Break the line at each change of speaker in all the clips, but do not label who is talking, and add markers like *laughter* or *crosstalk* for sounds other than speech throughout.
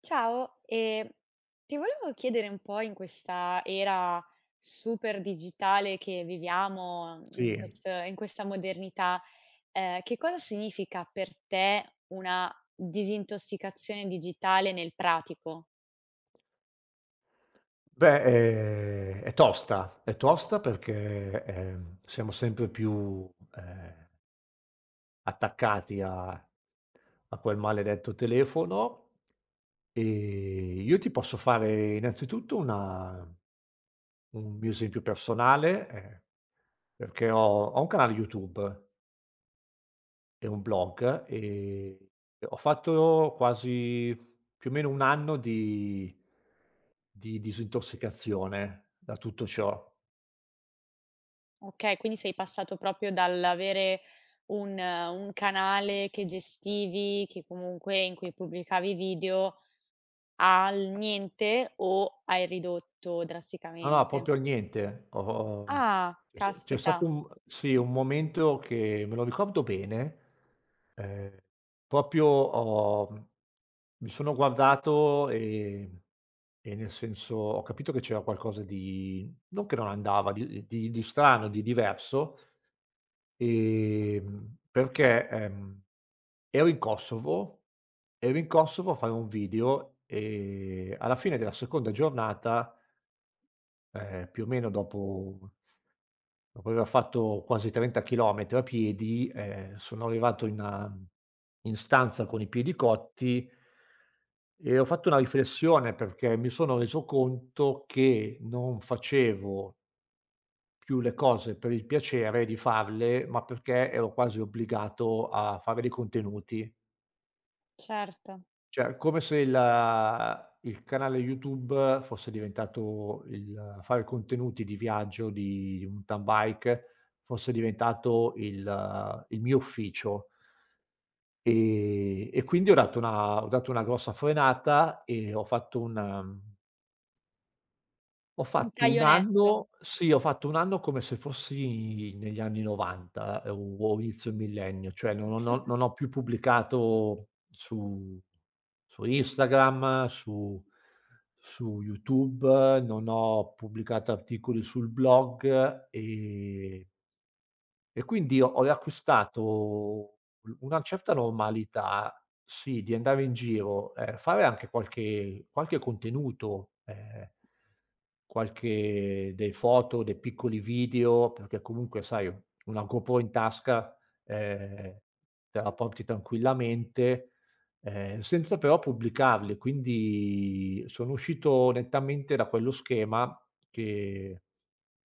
Ciao, ti volevo chiedere un po' in questa era super digitale che viviamo, in
Sì,
quest in questa modernità, che cosa significa per te una disintossicazione digitale nel pratico?
beh, è tosta perché, siamo sempre più, ehm, attaccati a quel maledetto telefono. ehm, io ti posso fare innanzitutto una un mio esempio personale, perché ho un canale YouTube e un blog, e ho fatto quasi più o meno 1 anno di disintossicazione da tutto ciò.
Okay, quindi sei passato proprio dall'avere un canale che gestivi, che comunque in cui pubblicavi video, al niente o hai ridotto
No, no,
drasticamente?
proprio niente. Ho ho
Ah,
C'è
caspita.
stato un momento che me lo ricordo bene. ehm, proprio ho mhmm, Mi sono guardato, e nel senso ho capito che c'era qualcosa di non che non andava, di strano, di diverso, perché, ero in Kosovo ero in Kosovo a fare un video, e alla fine della seconda giornata, più o meno dopo aver fatto quasi 30 chilometri a piedi, sono arrivato in stanza con i piedi cotti, e ho fatto una riflessione perché mi sono reso conto che non facevo più le cose per il piacere di farle, ma perché ero quasi obbligato a fare dei contenuti.
Certo,
Cioè, come se il canale YouTube fosse diventato il fare contenuti di viaggio, di mountain bike, fosse diventato il mio ufficio. E quindi ho dato una grossa frenata, e ho
un
fatto 1
taglionetto
anno, sì, ho fatto 1 anno come se fossi negli anni '90, o inizio millennio. Cioè non ho più pubblicato su Instagram, su YouTube, non ho pubblicato articoli sul blog, e quindi ho riacquistato u una certa normalità, sì, di andare in giro, fare anche qualche contenuto, qualche dei foto, dei piccoli video, perché comunque sai, una GoPro in tasca, ehm, te la porti tranquillamente, senza però pubblicarli. Quindi sono uscito nettamente da quello schema che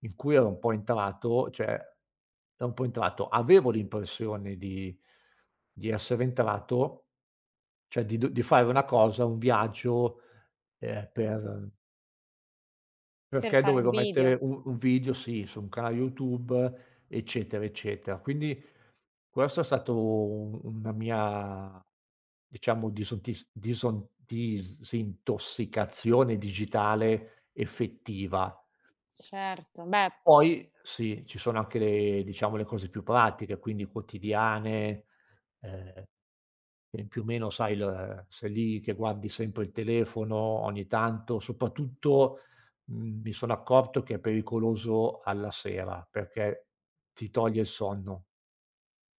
in cui ero un po' entrato, cioè ero un po' entrato. Avevo l'impressione di essere entrato, cioè di fare una cosa, un viaggio, ehm, per
per
perché
fare un
dovevo
video,
mettere un video, sì, su un canale YouTube, eccetera, eccetera. Quindi questo è stato u una mia, diciamo, disontis dison disintossicazione digitale effettiva.
certo. Beh,
Poi sì, ci sono anche le diciamo le cose più pratiche, quindi quotidiane, ehm, che più o meno sai, il sei lì che guardi sempre il telefono ogni tanto, soprattutto, mi sono accorto che è pericoloso alla sera, perché ti toglie il sonno.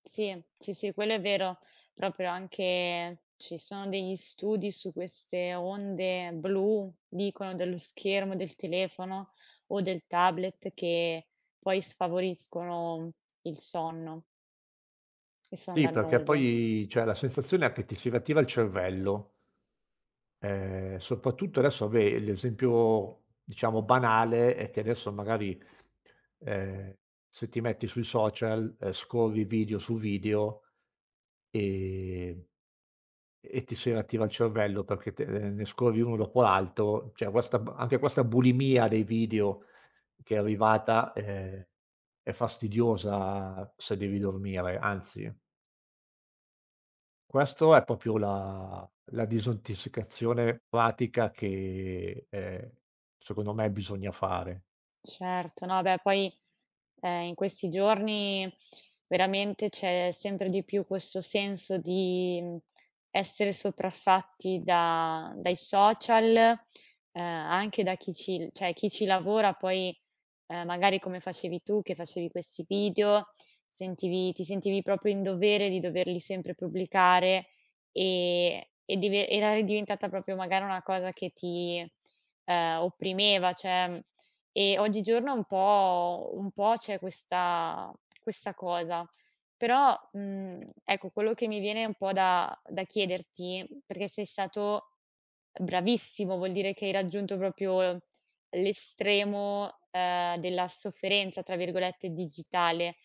sì, sì, sì, quello è vero. Proprio anche ci sono degli studi su queste onde blu, dicono, dello schermo del telefono o del tablet che poi sfavoriscono il sonno e son
Sì, perché
dannose.
poi c'è la sensazione è che ti si riattiva il cervello. Soprattutto adesso, vabbè, l'esempio, diciamo, banale è che adesso magari, ehm, se ti metti sui social, scorri video su video, ehm, e ti si riattiva il cervello, perché te ne scorri uno dopo l'altro. Cioè questa b anche questa bulimia dei video che è arrivata, è fastidiosa se devi dormire. Anzi, questo è proprio la disintossicazione pratica che, secondo me, bisogna fare.
Certo, no beh poi, in questi giorni veramente c'è sempre di più questo senso di, essere sopraffatti da dai social, anche da chi ci lavora poi. Magari come facevi tu, che facevi questi video, sentivi ti sentivi proprio in dovere di doverli sempre pubblicare e dive era ridiventata proprio magari una cosa che ti, opprimeva, cioè, e oggigiorno un po' c'è questa questa cosa. Però, ecco, quello che mi viene un po' da chiederti, perché sei stato bravissimo, vuol dire che hai raggiunto proprio l'estremo, della "sofferenza" tra virgolette digitale.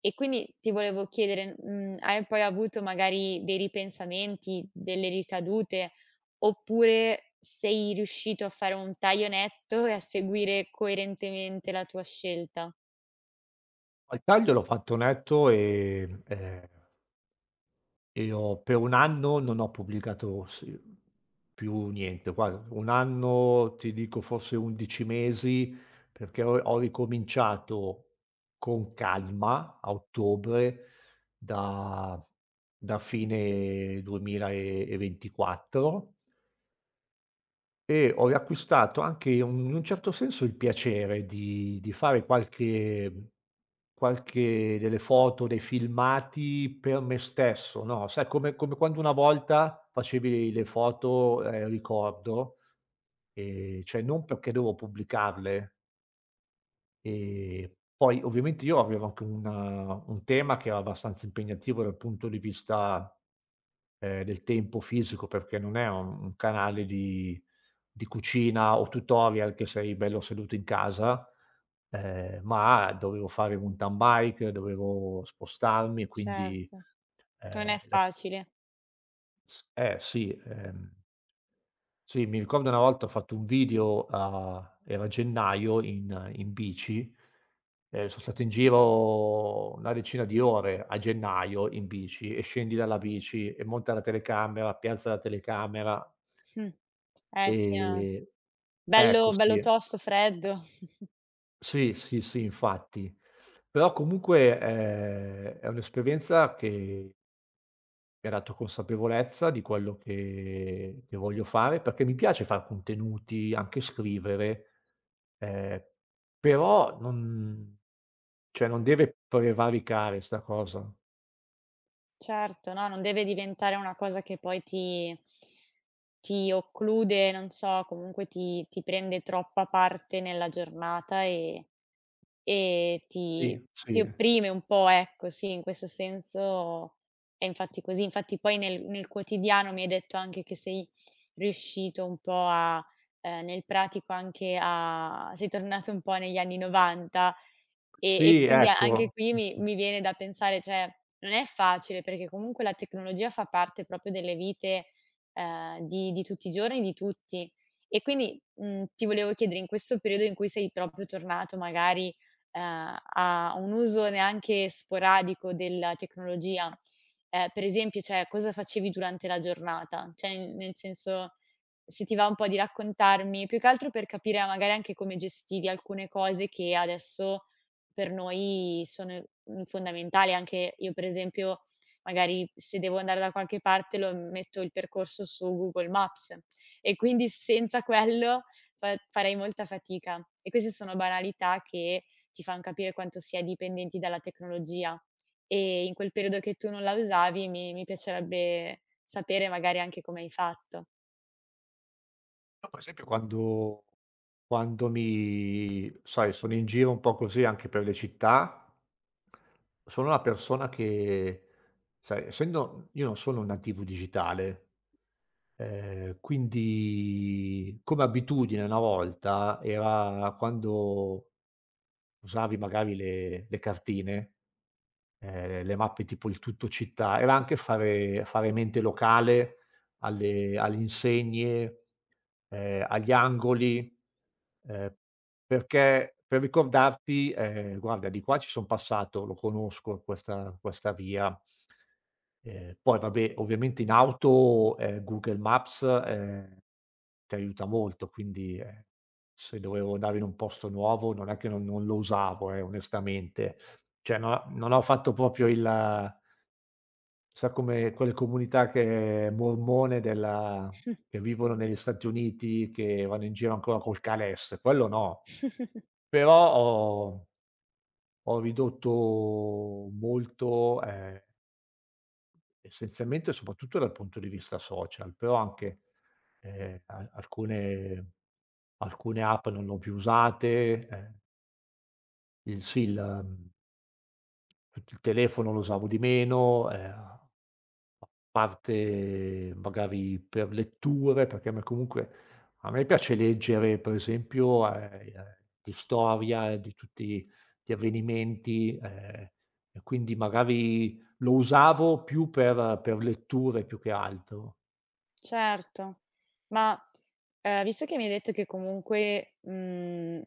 E quindi ti volevo chiedere, hai poi avuto magari dei ripensamenti, delle ricadute, oppure sei riuscito a fare un taglio netto e a seguire coerentemente la tua scelta?
Al taglio l'ho fatto netto, e ho per 1 anno non ho pubblicato, sì, più niente. Guarda, 1 anno, ti dico, forse 11 mesi, perché ho ricominciato con calma a ottobre, da da fine 2024. E ho riacquistato anche un in un certo senso il piacere di fare qualche mhmm, qualche delle foto, dei filmati per me stesso. No, sai, come quando una volta facevi le foto, ricordo, cioè non perché dovevo pubblicarle. Ehm, Poi ovviamente io avevo anche un tema che era abbastanza impegnativo dal punto di vista, del tempo fisico, perché non è un canale di cucina o tutorial, che sei bello seduto in casa, ma dovevo fare mountain bike, dovevo spostarmi. Quindi,
Certo, non è
la
facile.
S eh sì. Sì, mi ricordo una volta ho fatto un video, a era gennaio, in bici, son stato in giro una decina di ore a gennaio in bici, e scendi dalla bici e monta la telecamera, piazza la telecamera,
Mh. Eh sì, no.
ehm ecco,
Bello bello
sì,
tosto, freddo. *laughs*
sì, sì, sì, infatti. Però comunque, è un'esperienza che E la tua consapevolezza di quello che voglio fare, perché mi piace far contenuti, anche scrivere, ehm, però non cioè non deve prevaricare 'sta cosa.
Certo, no, non deve diventare una cosa che poi ti occlude, non so, comunque ti prende troppa parte nella giornata e e ti
Sì,
ti
sì.
opprime un po', ecco, sì, in questo senso è infatti così. Infatti poi nel quotidiano mi hai detto anche che sei riuscito un po' a nel pratico anche a sei tornato un po' negli anni '90 e
Sì,
quindi a anche
ecco.
qui mi viene da pensare, cioè non è facile perché comunque la tecnologia fa parte proprio delle vite, di tutti i giorni, di tutti. E quindi, ti volevo chiedere in questo periodo in cui sei proprio tornato magari, ehm, a un uso neanche sporadico della tecnologia, per esempio, cioè cosa facevi durante la giornata? Cioè n nel senso, se ti va un po' di raccontarmi, più che altro per capire magari anche come gestivi alcune cose che adesso per noi sono, fondamentali. Anche io per esempio, magari se devo andare da qualche parte lo metto il percorso su Google Maps e quindi senza quello fa farei molta fatica. E queste sono banalità che ti fan capire quanto si è dipendenti dalla tecnologia. E in quel periodo che tu non la usavi mi piacerebbe sapere magari anche come hai fatto.
Io per esempio quando quando mi sai, sono in giro un po' così anche per le città, sono una persona che, sai, essendo io non sono un nativo digitale. Quindi, come abitudine, una volta era, quando usavi magari le cartine, le mappe tipo il Tutto Città, era anche fare mente locale alle insegne, agli angoli, ehm, per ricordarti, "Guarda, di qua ci son passato, lo conosco questa via". Poi vabbè, ovviamente in auto, Google Maps, ti aiuta molto, quindi, se dovevo andare in un posto nuovo non è che non lo usavo, onestamente. Cioè, no, non ho fatto proprio il sai, come quelle comunità che mormone della che vivono negli Stati Uniti, che vanno in giro ancora col calesse, quello no.
*laughs*
Però ho ridotto molto. Essenzialmente, soprattutto dal punto di vista social, però anche, a alcune app non l'ho più usate, il sì, il mhmm, tutto il telefono lo usavo di meno, a parte magari per letture, perché a me comunque a me piace leggere, per esempio, di storia, di tutti gli avvenimenti, e quindi magari lo usavo più per letture, più che altro.
Certo, ma, visto che mi hai detto che comunque,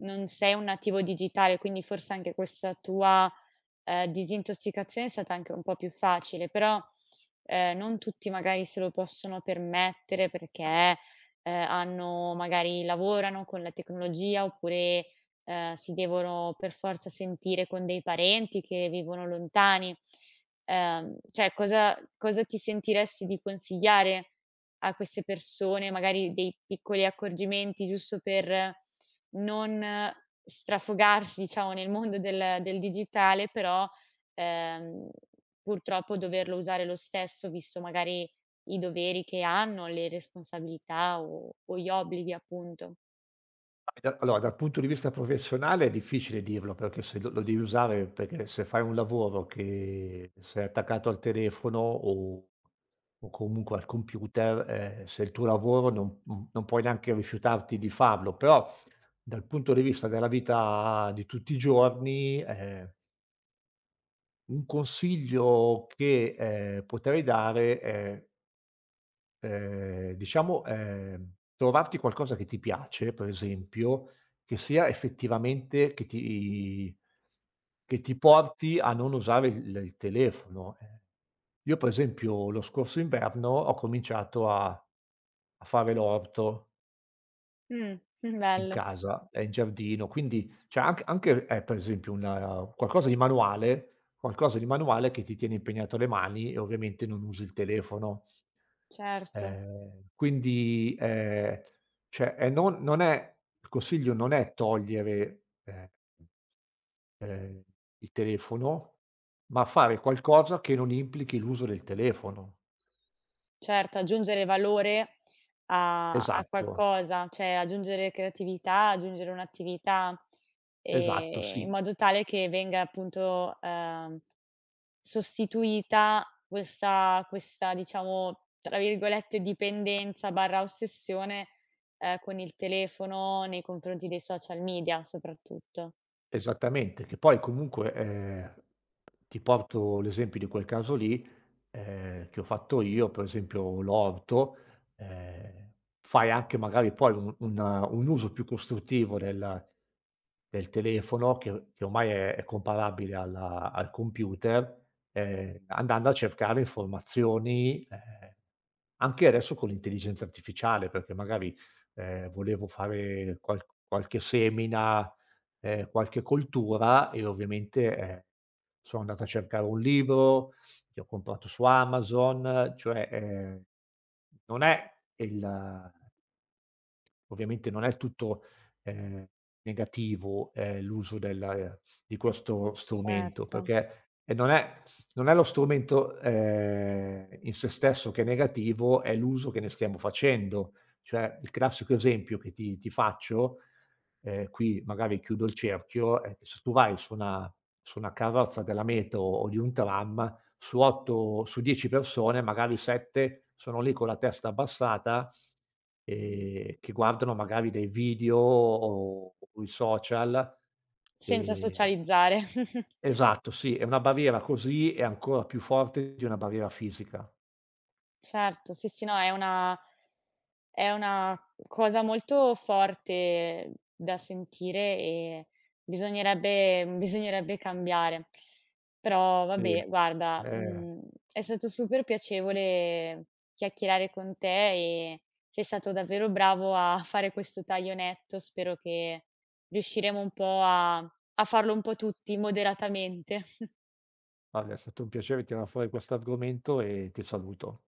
non sei un nativo digitale, quindi forse anche questa tua, disintossicazione è stata anche un po' più facile, però, non tutti magari se lo possono permettere perché, hanno magari lavorano con la tecnologia oppure, si devono per forza sentire con dei parenti che vivono lontani, cioè cosa ti sentiresti di consigliare a queste persone? Magari dei piccoli accorgimenti giusto per non strafogarsi, diciamo, nel mondo del digitale, però, ehm, purtroppo doverlo usare lo stesso, visto magari i doveri che hanno, le responsabilità o gli obblighi appunto.
Da allora, dal punto di vista professionale è difficile dirlo, perché se lo devi usare, perché se fai un lavoro che sei attaccato al telefono, o comunque al computer, se è il tuo lavoro non puoi neanche rifiutarti di farlo. Però dal punto di vista della vita di tutti i giorni, un consiglio che, potrei dare è, diciamo, trovarti qualcosa che ti piace, per esempio, che sia effettivamente che ti porti a non usare il telefono. Io per esempio, lo scorso inverno ho cominciato a fare l'orto.
Mh, *laughs*
In
bello,
casa, è in giardino, quindi, cioè, anche, per esempio, una qualcosa di manuale, che ti tiene impegnato le mani, e ovviamente non usi il telefono.
certo.
Quindi, cioè, e non non è il consiglio non è togliereehm, il telefono, ma fare qualcosa che non implichi l'uso del telefono.
Certo, aggiungere valore a
Esatto,
qualcosa, cioè aggiungere creatività, aggiungere un'attività,
esatto,
in
sì.
modo tale che venga appunto, sostituita questa diciamo, tra virgolette, "dipendenza" barra ossessione, con il telefono nei confronti dei social media soprattutto.
Esattamente, che poi comunque, ti porto l'esempio di quel caso lì, che ho fatto io, per esempio l'orto. ehm, Fai anche magari poi un uso più costruttivo del telefono, che ormai è comparabile alla al computer, andando a cercare informazioni, anche adesso con l'intelligenza artificiale, perché magari, volevo fare qualche semina, qualche coltura, e ovviamente, sono andato a cercare un libro, che ho comprato su Amazon. Cioè, non è il ovviamente non è tutto, ehm, negativo, l'uso del di questo strumento,
Certo,
perché, non è lo strumento, in sé stesso, che è negativo, è l'uso che ne stiamo facendo. Cioè, il classico esempio che ti faccio, qui magari chiudo il cerchio, è che se tu vai su una carrozza della metro o di un tram, su 8 su 10 persone, magari 7 sono lì con la testa abbassata, che guardano magari dei video o i social.
senza
Ehm
socializzare. *laughs*
esatto, sì, è una barriera, così è ancora più forte di una barriera fisica.
Certo, sì, sì, no, è una cosa molto forte da sentire e bisognerebbe cambiare. Però
Sì.
vabbè, guarda, è stato super piacevole chiacchierare con te e sei stato davvero bravo a *laughs* fare questo taglio netto. Spero che riusciremo un po' a farlo un po' tutti moderatamente. *laughs*
Guarda, è stato un piacere tirar fuori questo argomento, e ti saluto.